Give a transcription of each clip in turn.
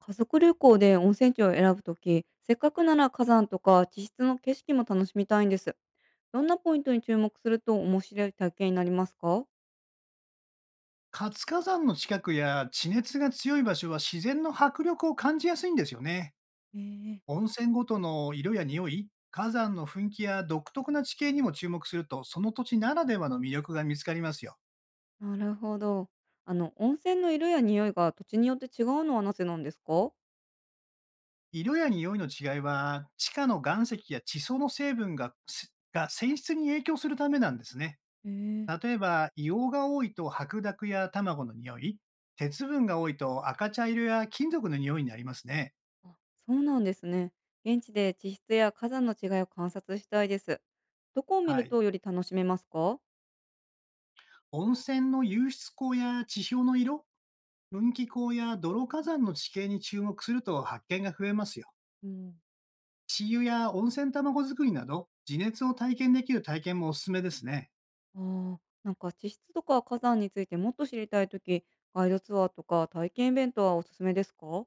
家族旅行で温泉地を選ぶとき、せっかくなら火山とか地質の景色も楽しみたいんです。どんなポイントに注目すると面白い体験になりますか？活火山の近くや地熱が強い場所は自然の迫力を感じやすいんですよね。ええ。温泉ごとの色や匂い、火山の噴気や独特な地形にも注目すると、その土地ならではの魅力が見つかりますよ。なるほど。温泉の色や匂いが土地によって違うのはなぜなんですか？色や匂いの違いは、地下の岩石や地層の成分が泉質に影響するためなんですね。ええ。例えば、硫黄が多いと白濁や卵の匂い、鉄分が多いと赤茶色や金属の匂いになりますね。あ、そうなんですね。現地で地質や火山の違いを観察したいです。どこを見はるい。とより楽しめますか？温泉の湧出口や地表の色、噴気口や泥火山の地形に注目すると発見が増えますよ。うん。地湯や温泉卵作りなど、地熱を体験できる体験もおすすめですね。ああ、地質とか火山についてもっと知りたいとき、ガイドツアーとか体験イベントはおすすめですか？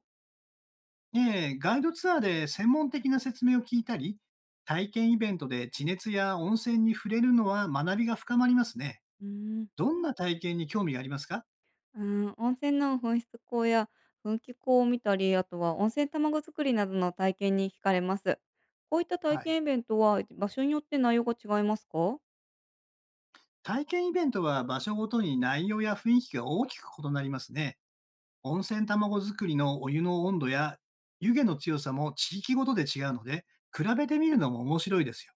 ええ、ガイドツアーで専門的な説明を聞いたり、体験イベントで地熱や温泉に触れるのは学びが深まりますね。うーん、どんな体験に興味がありますか？うーん、温泉の噴出口や噴気口を見たり、あとは温泉卵作りなどの体験に惹かれます。こういった体はい。験イベントは場所によって内容が違いますか？体験イベントは場所ごとに内容や雰囲気が大きく異なりますね。温泉卵作りのお湯の温度や湯気の強さも地域ごとで違うので、比べてみるのも面白いです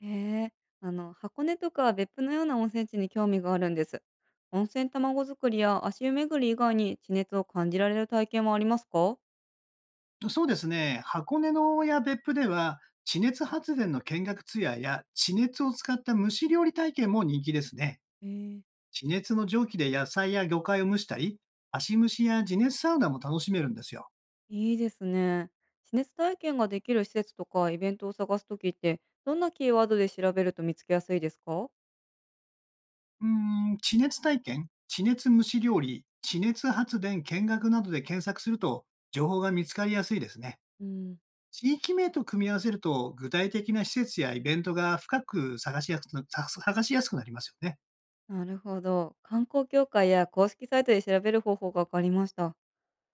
へえ。箱根とか別府のような温泉地に興味があるんです。温泉卵作りや足湯巡り以外に地熱を感じられる体験はありますか？よ。そうですね、箱根や別府では、地熱発電の見学ツアーや地熱を使った蒸し料理体験も人気ですね。へえ。地熱の蒸気で野菜や魚介を蒸したり、足蒸しや地熱サウナも楽しめるんですよ。いいですね。地熱体験ができる施設とかイベントを探すときって、どんなキーワードで調べると見つけやすいですか？うーん、地熱体験、地熱蒸し料理、地熱発電見学などで検索すると、情報が見つかりやすいですね。うん。地域名と組み合わせると、具体的な施設やイベントが深く探しやすくなりますよね。なるほど。観光協会や公式サイトで調べる方法が分かりました。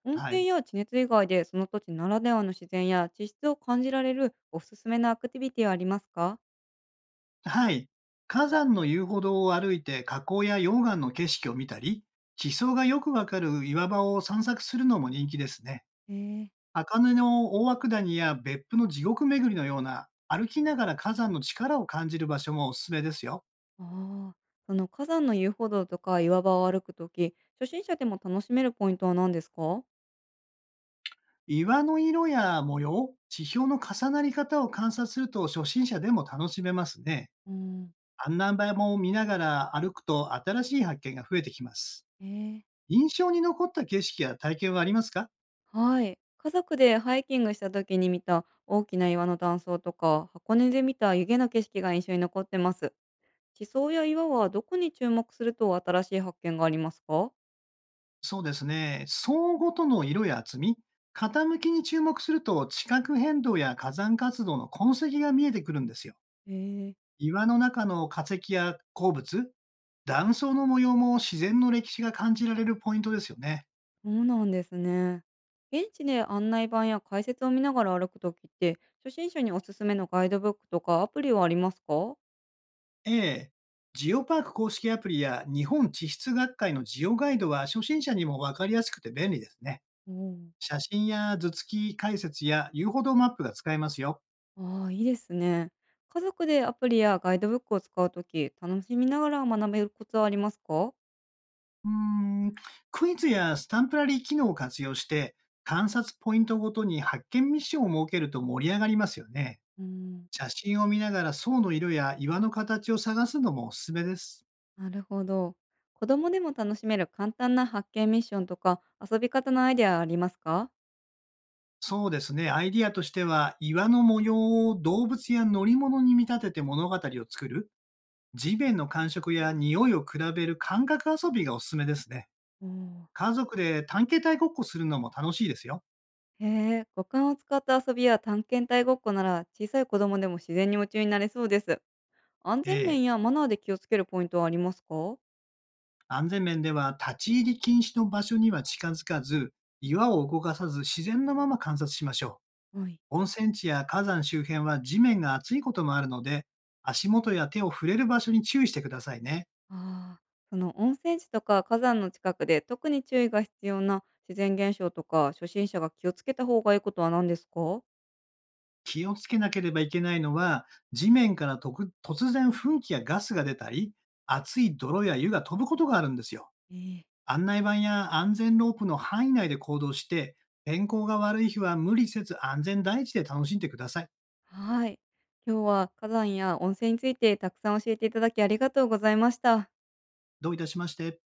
温は泉い。や地熱以外でその土地ならではの自然や地質を感じられるおすすめのアクティビティはありますか？はい。火山の遊歩道を歩いて火口や溶岩の景色を見たり、地層がよくわかる岩場を散策するのも人気ですね。えー、赤根の大涌谷や別府の地獄巡りのような、歩きながら火山の力を感じる場所もおすすめですよ。ああ、その火山の遊歩道とか岩場を歩くとき、初心者でも楽しめるポイントは何ですか？岩の色や模様、地表の重なり方を観察すると、初心者でも楽しめますね。うん。案内板も見ながら歩くと、新しい発見が増えてきます。えー印象に残った景色や体験はありますか？はい。家族でハイキングした時に見た大きな岩の断層とか、箱根で見た湯気の景色が印象に残ってます。地層や岩はどこに注目すると新しい発見がありますか？そうですね。層ごとの色や厚み、傾きに注目すると、地殻変動や火山活動の痕跡が見えてくるんですよ。へえ。岩の中の化石や鉱物、断層の模様も自然の歴史が感じられるポイントですよね。そうなんですね。現地で案内板や解説を見ながら歩くときって、初心者におすすめのガイドブックとかアプリはありますか？ええ。ジオパーク公式アプリや日本地質学会のジオガイドは、初心者にもわかりやすくて便利ですね。おー。写真や図付き解説や遊歩道マップが使えますよ。ああ、いいですね。家族でアプリやガイドブックを使うとき、楽しみながら学べるコツはありますか？うーん、クイズやスタンプラリー機能を活用して、観察ポイントごとに発見ミッションを設けると盛り上がりますよね。うん。写真を見ながら層の色や岩の形を探すのもおすすめです。なるほど。子供でも楽しめる簡単な発見ミッションとか遊び方のアイデアはありますか？そうですね。アイディアとしては、岩の模様を動物や乗り物に見立てて物語を作る、地面の感触や匂いを比べる感覚遊びがおすすめですね。おー。家族で探検隊ごっこするのも楽しいですよ。へえ、五感を使った遊びや探検隊ごっこなら小さい子供でも自然に夢中になれそうです。安全面ええ、やマナーで気をつけるポイントはありますか？安全面では立ち入り禁止の場所には近づかず、岩を動かさず自然のまま観察しましょはい。う。温泉地や火山周辺は地面が熱いこともあるので、足元や手を触れる場所に注意してくださいね。ああ、その温泉地とか火山の近くで特に注意が必要な自然現象とか初心者が気をつけた方がいいことは何ですか？気をつけなければいけないのは、地面から突然噴気やガスが出たり、熱い泥や湯が飛ぶことがあるんですよ。ええ。案内板や安全ロープの範囲内で行動して、天候が悪い日は無理せず安全第一で楽しんでください。はい。今日は火山や温泉についてたくさん教えていただきありがとうございました。どういたしまして。